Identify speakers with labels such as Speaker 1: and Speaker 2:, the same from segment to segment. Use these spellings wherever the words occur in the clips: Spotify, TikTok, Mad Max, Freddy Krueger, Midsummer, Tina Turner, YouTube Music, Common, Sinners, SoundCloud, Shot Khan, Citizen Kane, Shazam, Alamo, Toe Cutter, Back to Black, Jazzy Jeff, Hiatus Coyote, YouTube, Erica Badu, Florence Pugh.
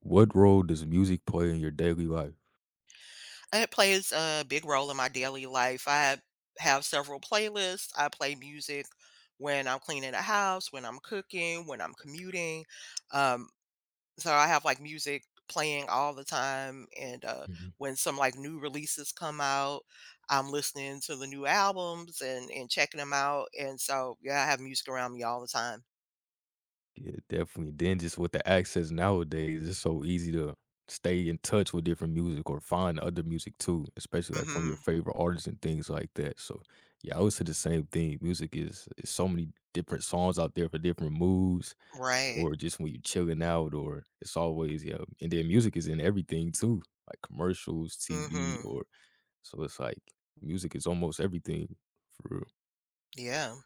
Speaker 1: What role does music play in your daily life?
Speaker 2: It plays a big role in my daily life. I have several playlists. I play music when I'm cleaning the house, when I'm cooking, when I'm commuting. Um, so I have like music playing all the time. And
Speaker 1: Mhm.
Speaker 2: when some like new releases come out, I'm listening to the new albums and checking them out. And so, yeah, I have music around me all the time.
Speaker 1: Yeah, definitely. Then just with the access nowadays, it's so easy to stay in touch with different music or find other music too, especially like from your
Speaker 2: Hmm.
Speaker 1: favorite artists and things like that. So yeah, I would say the same thing. Music is so many different songs out there for different moods
Speaker 2: Right.
Speaker 1: or just when you're chilling out, or it's always, yeah. And then music is in everything too, like commercials, TV,
Speaker 2: Hmm.
Speaker 1: or so it's like music is almost everything for real.
Speaker 2: Yeah.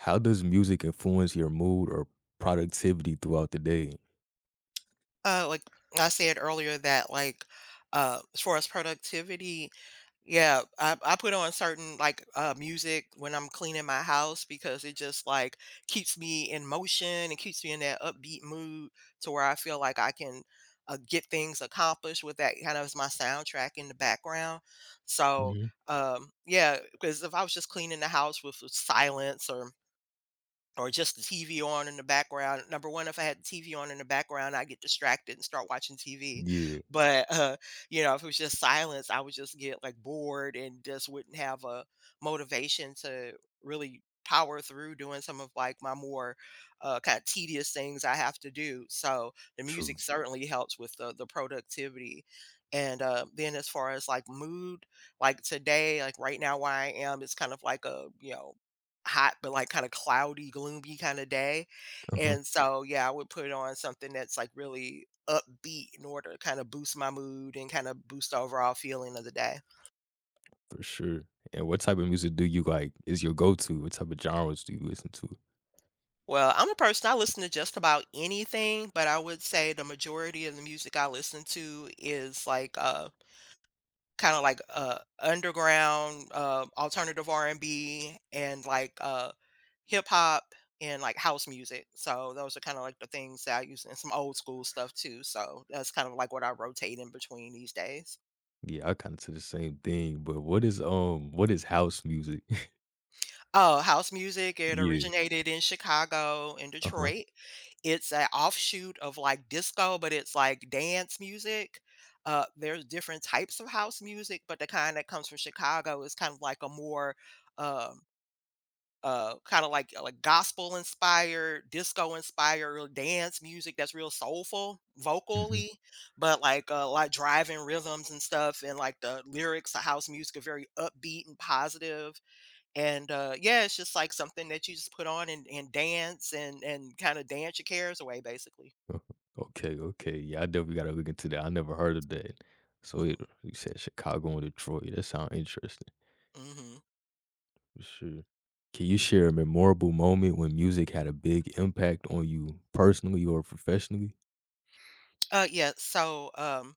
Speaker 1: How does music influence your mood or productivity throughout the day?
Speaker 2: Like I said earlier that like as far as productivity, yeah, I put on certain like music when I'm cleaning my house because it just like keeps me in motion and keeps me in that upbeat mood to where I feel like I can get things accomplished with that kind of as my soundtrack in the background. So
Speaker 1: Mhm.
Speaker 2: yeah, because if I was just cleaning the house with silence or just the TV on in the background. Number one, if I had the TV on in the background, I get distracted and start watching TV.
Speaker 1: Yeah,
Speaker 2: But you know, if it was just silence, I would just get like bored and just wouldn't have a motivation to really power through doing some of like my more kind of tedious things I have to do. So the
Speaker 1: true.
Speaker 2: music certainly helps with the productivity. And then as far as like mood, like today, like right now where I am, it's kind of like a hot, but like kind of cloudy, gloomy kind of day.
Speaker 1: Uh-huh.
Speaker 2: And so, yeah, I would put on something that's like really upbeat in order to kind of boost my mood and kind of boost the overall feeling of the day.
Speaker 1: For sure. And what type of music do you like? Is your go-to? What type of genres do you listen to?
Speaker 2: Well, I'm a person, I listen to just about anything, but I would say the majority of the music I listen to is like kinda like, underground, alternative R&B and like, hip hop and, like, house music. So those are kinda like the things that I use and some old school stuff too. So that's kind of like what I rotate in between these days.
Speaker 1: Yeah, I kinda say the same thing, but what is house music?
Speaker 2: Oh, house music, it
Speaker 1: Yeah.
Speaker 2: originated in Chicago and
Speaker 1: Uh-huh.
Speaker 2: Detroit. It's an offshoot of, like, disco, but it's like dance music. There's different types of house music, but the kind that comes from Chicago is kind of like a more, um kind of like gospel inspired, disco inspired dance music that's real soulful
Speaker 1: Hmm.
Speaker 2: vocally, but like driving rhythms and stuff, and like the lyrics of house music are very upbeat and positive. And yeah, it's just like something that you just put on and dance and kind of dance your cares away basically.
Speaker 1: Okay, okay. Yeah, I definitely gotta look into that. I never heard of that. So, it
Speaker 2: Hmm.
Speaker 1: you said Chicago and Detroit. That sounds interesting.
Speaker 2: Hmm.
Speaker 1: For sure. Can you share a memorable moment when music had a big impact on you personally or professionally?
Speaker 2: Yeah, so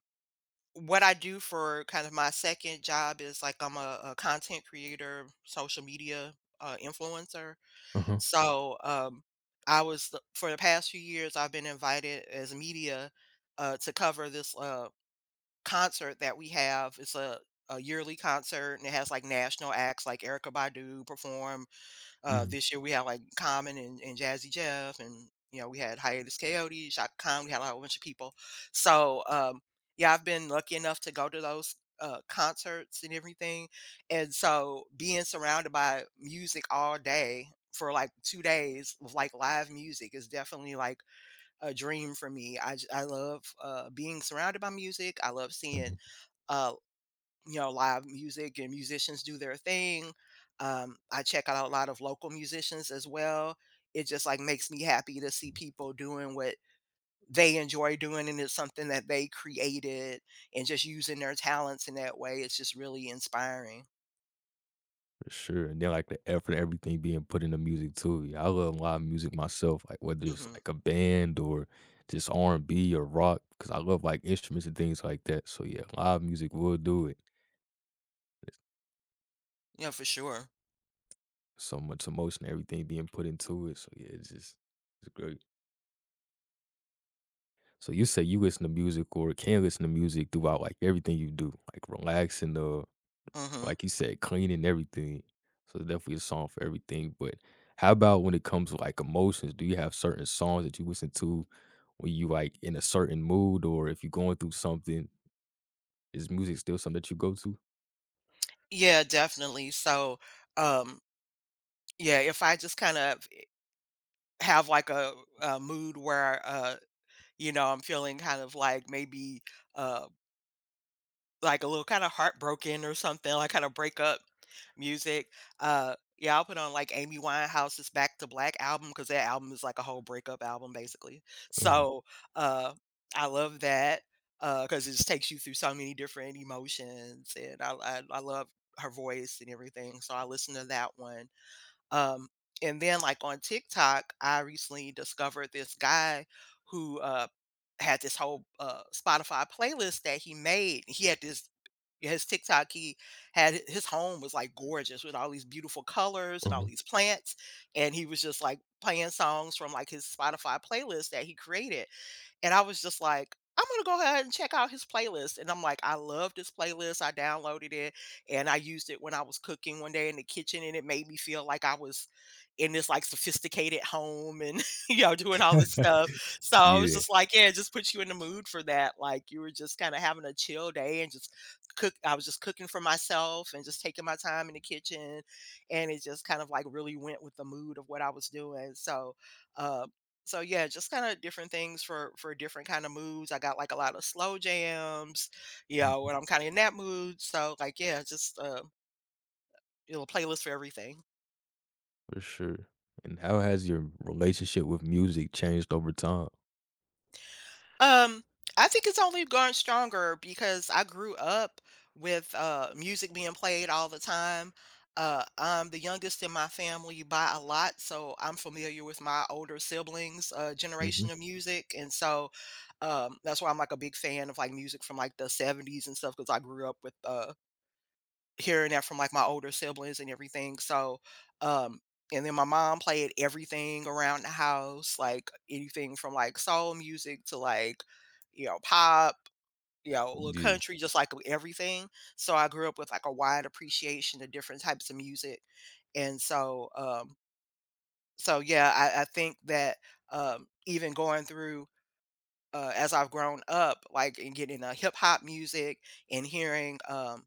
Speaker 2: what I do for kind of my second job is like I'm a content creator, social media influencer.
Speaker 1: Uh-huh.
Speaker 2: So, I was the for the past few years, I've been invited as media, to cover this, concert that we have. It's a yearly concert, and it has, like, national acts like Erica Badu perform.
Speaker 1: Mhm,
Speaker 2: This year we had like Common and Jazzy Jeff, and you know, we had Hiatus Coyote, Shot Khan. We had like a whole bunch of people. So yeah, I've been lucky enough to go to those concerts and everything, and so being surrounded by music all day for like 2 days with like live music is definitely like a dream for me. I love being surrounded by music. I love seeing
Speaker 1: mhm.
Speaker 2: uh, live music and musicians do their thing. I check out a lot of local musicians as well. It just like makes me happy to see people doing what they enjoy doing, and it's something that they created and just using their talents in that way. It's just really inspiring.
Speaker 1: For sure. And then like the effort, everything being put into music too. Yeah, I love live music myself, like whether it's
Speaker 2: Hmm.
Speaker 1: like a band or just R&B or rock, because I love like instruments and things like that. So yeah, live music will do it. There's
Speaker 2: Yeah, for sure.
Speaker 1: so much emotion, everything being put into it. So yeah, it's great. So you say you listen to music or can listen to music throughout like everything you do, like relaxing the
Speaker 2: Hmm.
Speaker 1: like you said, clean and everything. So it's definitely a song for everything. But how about when it comes to like emotions? Do you have certain songs that you listen to when you like in a certain mood, or if you're going through something? Is music still something that you go to?
Speaker 2: Yeah, definitely. So, um, Yeah, if I just kind of have like a mood where, I'm feeling kind of like maybe uh, like a little kind of heartbroken or something, like kind of breakup music. Yeah, I'll put on like Amy Winehouse's Back to Black album because that album is like a whole breakup album basically.
Speaker 1: Uh-huh,
Speaker 2: So uh, I love that because it just takes you through so many different emotions, and I love her voice and everything. So I listen to that one. um, and then like on TikTok, I recently discovered this guy who had this whole Spotify playlist that he made. He had this Yeah, his TikTok, he had his home was like gorgeous with all these beautiful colors and all
Speaker 1: uh-huh.
Speaker 2: these plants. And he was just like playing songs from like his Spotify playlist that he created, and I was just like, I'm gonna go ahead and check out his playlist. And I'm like, I love this playlist. I downloaded it and I used it when I was cooking one day in the kitchen, and it made me feel like I was in this like sophisticated home and you know, doing all this stuff. So I was
Speaker 1: Yeah.
Speaker 2: just like, yeah, it just puts you in the mood for that. Like you were just kind of having a chill day and just cook I was just cooking for myself and just taking my time in the kitchen. And it just kind of like really went with the mood of what I was doing. So um yeah, just kind of different things for different kind of moods. I got like a lot of slow jams, you know,
Speaker 1: Mhm,
Speaker 2: when I'm kind of in that mood. So like yeah, just you know, a playlist for everything.
Speaker 1: for sure. And how has your relationship with music changed over time?
Speaker 2: um I think it's only gone stronger because I grew up with music being played all the time. I'm the youngest in my family by a lot, so I'm familiar with my older siblings
Speaker 1: Mhm.
Speaker 2: generation of music. And so that's why I'm like a big fan of like music from like the 70s and stuff, because I grew up with hearing that from, like, my older siblings and everything. So, um and then my mom played everything around the house, like, anything from, like, soul music to, like, you know, pop, you know, a little
Speaker 1: Yeah,
Speaker 2: country, just, like, everything. So I grew up with, like, a wide appreciation of different types of music. And so, yeah, I think that, even going through, as I've grown up, like in getting hip hop music and hearing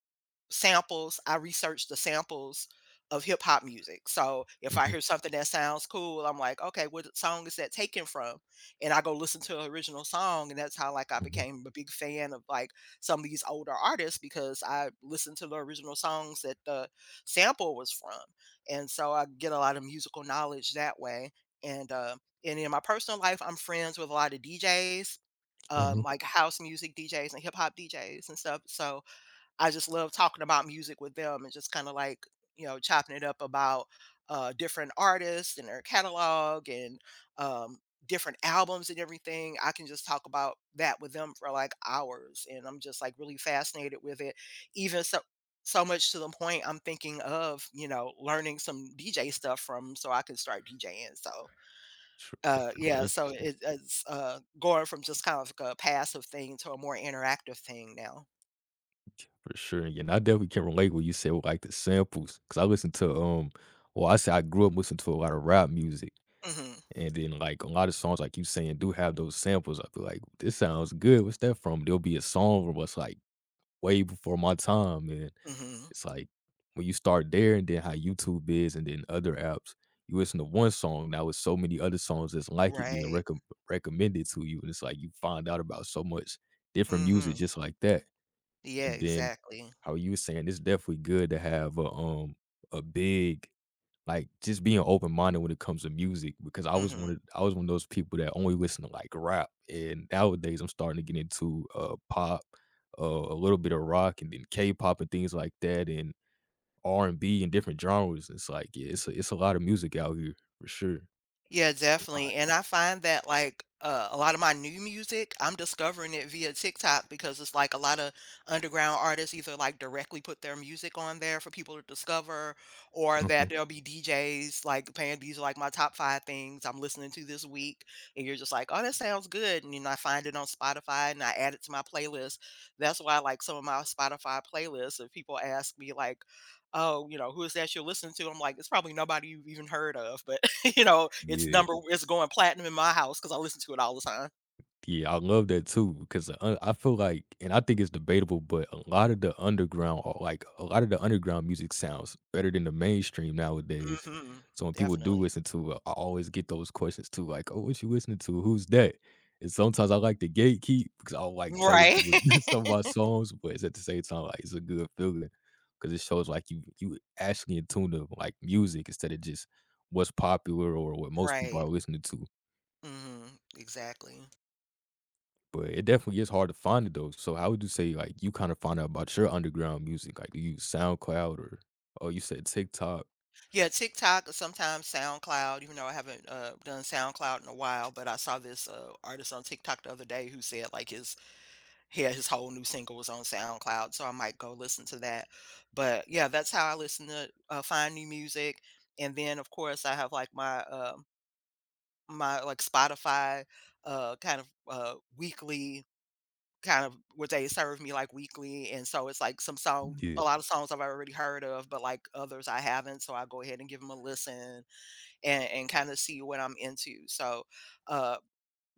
Speaker 2: samples, I research the samples of hip hop music. So if I
Speaker 1: mhm,
Speaker 2: hear something that sounds cool, I'm like, okay, what song is that taken from? And I go listen to the original song, and that's how like I
Speaker 1: mhm,
Speaker 2: became a big fan of like some of these older artists, because I listened to the original songs that the sample was from, and so I get a lot of musical knowledge that way. And uh, and in my personal life, I'm friends with a lot of DJs,
Speaker 1: uh-huh.
Speaker 2: like house music DJs and hip hop DJs and stuff. So I just love talking about music with them and just kind of like, chopping it up about different artists and their catalog, and um, different albums and everything. I can just talk about that with them for like hours. And I'm just like really fascinated with it. Even so, so much to the point I'm thinking of, learning some DJ stuff from so I can start DJing. So
Speaker 1: Sure. That sounds
Speaker 2: yeah, so
Speaker 1: interesting.
Speaker 2: it's, going from just kind of like a passive thing to a more interactive thing now.
Speaker 1: For sure, and I definitely can relate when you said, well, like the samples, because I listen to well, I say I grew up listening to a lot of rap music,
Speaker 2: Mhm,
Speaker 1: and then like a lot of songs, like you saying, do have those samples. I feel like this sounds good. What's that from? There'll be a song from us like way before my time, and
Speaker 2: mhm.
Speaker 1: it's like when you start there, and then how YouTube is, and then other apps, you listen to one song now with so many other songs that's like it being
Speaker 2: Right.
Speaker 1: recommended to you, and it's like you find out about so much different music
Speaker 2: Mhm.
Speaker 1: just like that.
Speaker 2: Yeah,
Speaker 1: And then
Speaker 2: exactly.
Speaker 1: how you were saying, it's definitely good to have a, um, a big, like, just being open minded when it comes to music, because I was one
Speaker 2: Mhm.
Speaker 1: of I was one of those people that only listen to like rap, and nowadays I'm starting to get into pop, a little bit of rock, and then K-pop and things like that, and R and B and different genres. It's like, yeah, it's a lot of music out here for sure.
Speaker 2: Yeah,
Speaker 1: A lot.
Speaker 2: definitely, and I find that, like, a lot of my new music, I'm discovering it via TikTok, because it's, like, a lot of underground artists either, like, directly put their music on there for people to discover, or that
Speaker 1: Mhm.
Speaker 2: there'll be DJs, like, playing, "These are, like, my top 5 things I'm listening to this week," and you're just like, "Oh, that sounds good," and you know, I find it on Spotify and I add it to my playlist. That's why, like, some of my Spotify playlists, if people ask me, like, oh, you know, who is that you're listening to? I'm like, it's probably nobody you've even heard of, but you know,
Speaker 1: Yeah.
Speaker 2: it's going platinum in my house because I listen to it all the time.
Speaker 1: Yeah, I love that too, because I feel like, and I think it's debatable, but a lot of the underground, or like a lot of the underground music sounds better than the mainstream nowadays.
Speaker 2: Hmm.
Speaker 1: So when people do
Speaker 2: Definitely.
Speaker 1: listen to it, I always get those questions too, like, "Oh, what you listening to? Who's that?" And sometimes I like to gatekeep because I don't like telling
Speaker 2: Right.
Speaker 1: people stuff about songs, but it's at the same time like it's a good feeling because it shows like you actually in tune to like music instead of just what's popular or what most people
Speaker 2: Right.
Speaker 1: are listening to.
Speaker 2: Hmm. Exactly.
Speaker 1: But it definitely is hard to find it though. So how would you say like you kind of find out about your underground music? Like, do you use SoundCloud, or, oh, you said TikTok?
Speaker 2: Yeah, TikTok, sometimes SoundCloud, even though I haven't done SoundCloud in a while, but I saw this artist on TikTok the other day who said like his he had his whole new single was on SoundCloud, so I might go listen to that. But, yeah, that's how I find new music, and then, of course, I have, like, my, like, Spotify, kind of, weekly kind of, where they serve me, like, weekly, and so it's, like, some song
Speaker 1: Yeah.
Speaker 2: a lot of songs I've already heard of, but, like, others I haven't, so I go ahead and give them a listen and kinda see what I'm into. So, uh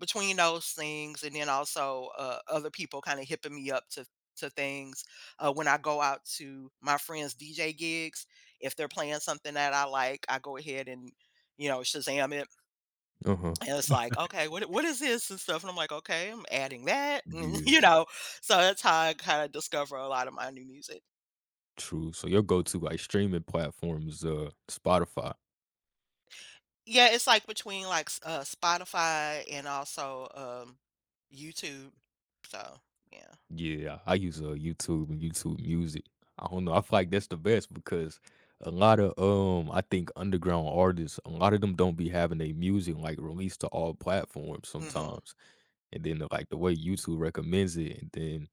Speaker 2: between those things, and then also other people kind of hipping me up to things, when I go out to my friends' DJ gigs. If they're playing something that I like, I go ahead and Shazam it,
Speaker 1: Uh-huh.
Speaker 2: and it's like, okay, what is this and stuff, and I'm like, okay, I'm adding that, and,
Speaker 1: Yeah,
Speaker 2: you know, so that's how I kind of discover a lot of my new music.
Speaker 1: true. So your go-to like streaming platform is Spotify.
Speaker 2: Yeah, it's like between like s Spotify and also, um, YouTube. So, yeah.
Speaker 1: Yeah, I use YouTube and YouTube Music. I don't know. I feel like that's the best because a lot of, I think, underground artists, a lot of them don't be having their music like released to all platforms
Speaker 2: Mhm,
Speaker 1: sometimes. And then like the way YouTube recommends it, and then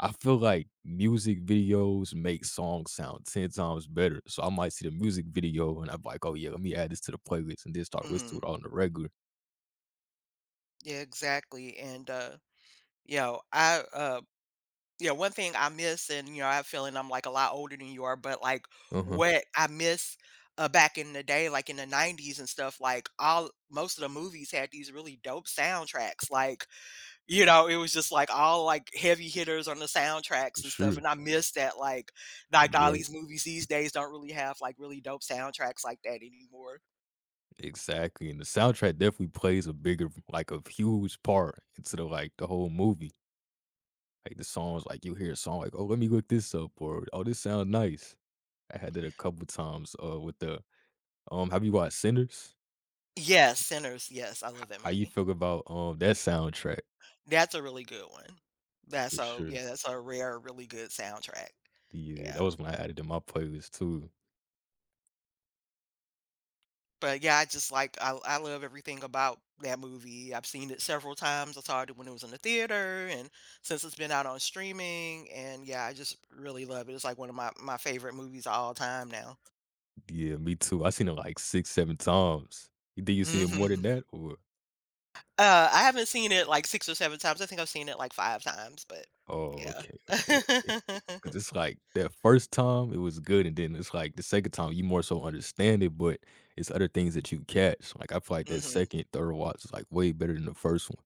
Speaker 1: I feel like music videos make songs sound 10 times better. So I might see the music video and I'm like, oh yeah, let me add this to the playlist and then start listening to
Speaker 2: mhm.
Speaker 1: it on the regular.
Speaker 2: Yeah, exactly, and, you I, uh yeah, one thing I miss, and, you know, I have a feeling I'm, like, a lot older than you are, but, like,
Speaker 1: Uh huh.
Speaker 2: what I miss, back in the day, like, in the '90s and stuff, like, all most of the movies had these really dope soundtracks, like, you know, it was just, like, all, like, heavy hitters on the soundtracks and stuff,
Speaker 1: Sure.
Speaker 2: and I miss that, all
Speaker 1: Yep.
Speaker 2: these movies these days don't really have, like, really dope soundtracks like that anymore.
Speaker 1: Exactly. And the soundtrack definitely plays a bigger, like a huge part into the whole movie. Like the songs, like you hear a song like, oh, let me look this up, or oh, this sounds nice. I had that a couple times. With the Have you watched Sinners?
Speaker 2: Yes, Sinners, yes, I
Speaker 1: H
Speaker 2: love that
Speaker 1: how you
Speaker 2: movie.
Speaker 1: feel about, that soundtrack,
Speaker 2: That's a really good one.
Speaker 1: for
Speaker 2: That's a
Speaker 1: sure.
Speaker 2: Yeah, that's a rare, really good soundtrack.
Speaker 1: Yeah,
Speaker 2: Yeah.
Speaker 1: that was when I added to my playlist too.
Speaker 2: But yeah, I just like I love everything about that movie. I've seen it several times. I saw it when it was in the theater and since it's been out on streaming, and yeah, I just really love it. It's like one of my favorite movies of all time now.
Speaker 1: Yeah, me too. I seen it like 6, 7 times. Did you seen it more than
Speaker 2: Mhm.
Speaker 1: that, or
Speaker 2: I haven't seen it like 6 or 7 times. I think I've seen it like 5 times, but
Speaker 1: oh,
Speaker 2: yeah.
Speaker 1: okay, okay, okay. Because it's like that first time, it was good, and then it's like the second time, you more so understand it, but it's other things that you catch. Like, I feel like that
Speaker 2: Mhm.
Speaker 1: second, third watch is, like, way better than the first one.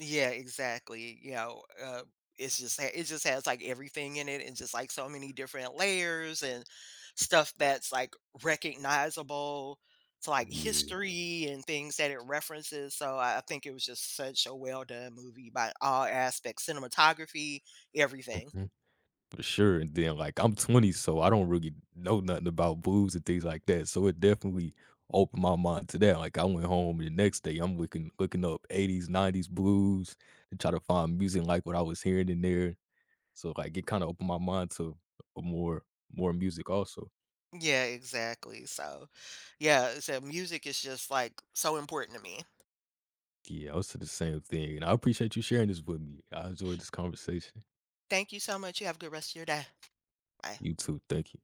Speaker 2: Yeah, exactly. You know, it just has like everything in it, and just like so many different layers and stuff that's like recognizable to like
Speaker 1: Yeah.
Speaker 2: history and things that it references. So I think it was just such a well done movie by all aspects, cinematography, everything.
Speaker 1: Mhm. For sure, and then, like, I'm 20, so I don't really know nothing about blues and things like that, so it definitely opened my mind to that. Like, I went home and the next day, I'm looking up 80s, 90s blues to try to find music like what I was hearing in there. So, like, it kinda opened my mind to a more music also.
Speaker 2: Yeah, exactly. So, yeah, so music is just like so important to me.
Speaker 1: Yeah, I was to the same thing, and I appreciate you sharing this with me. I enjoyed this conversation.
Speaker 2: Thank you so much. You have a good rest of your day. Bye.
Speaker 1: You too, thank you.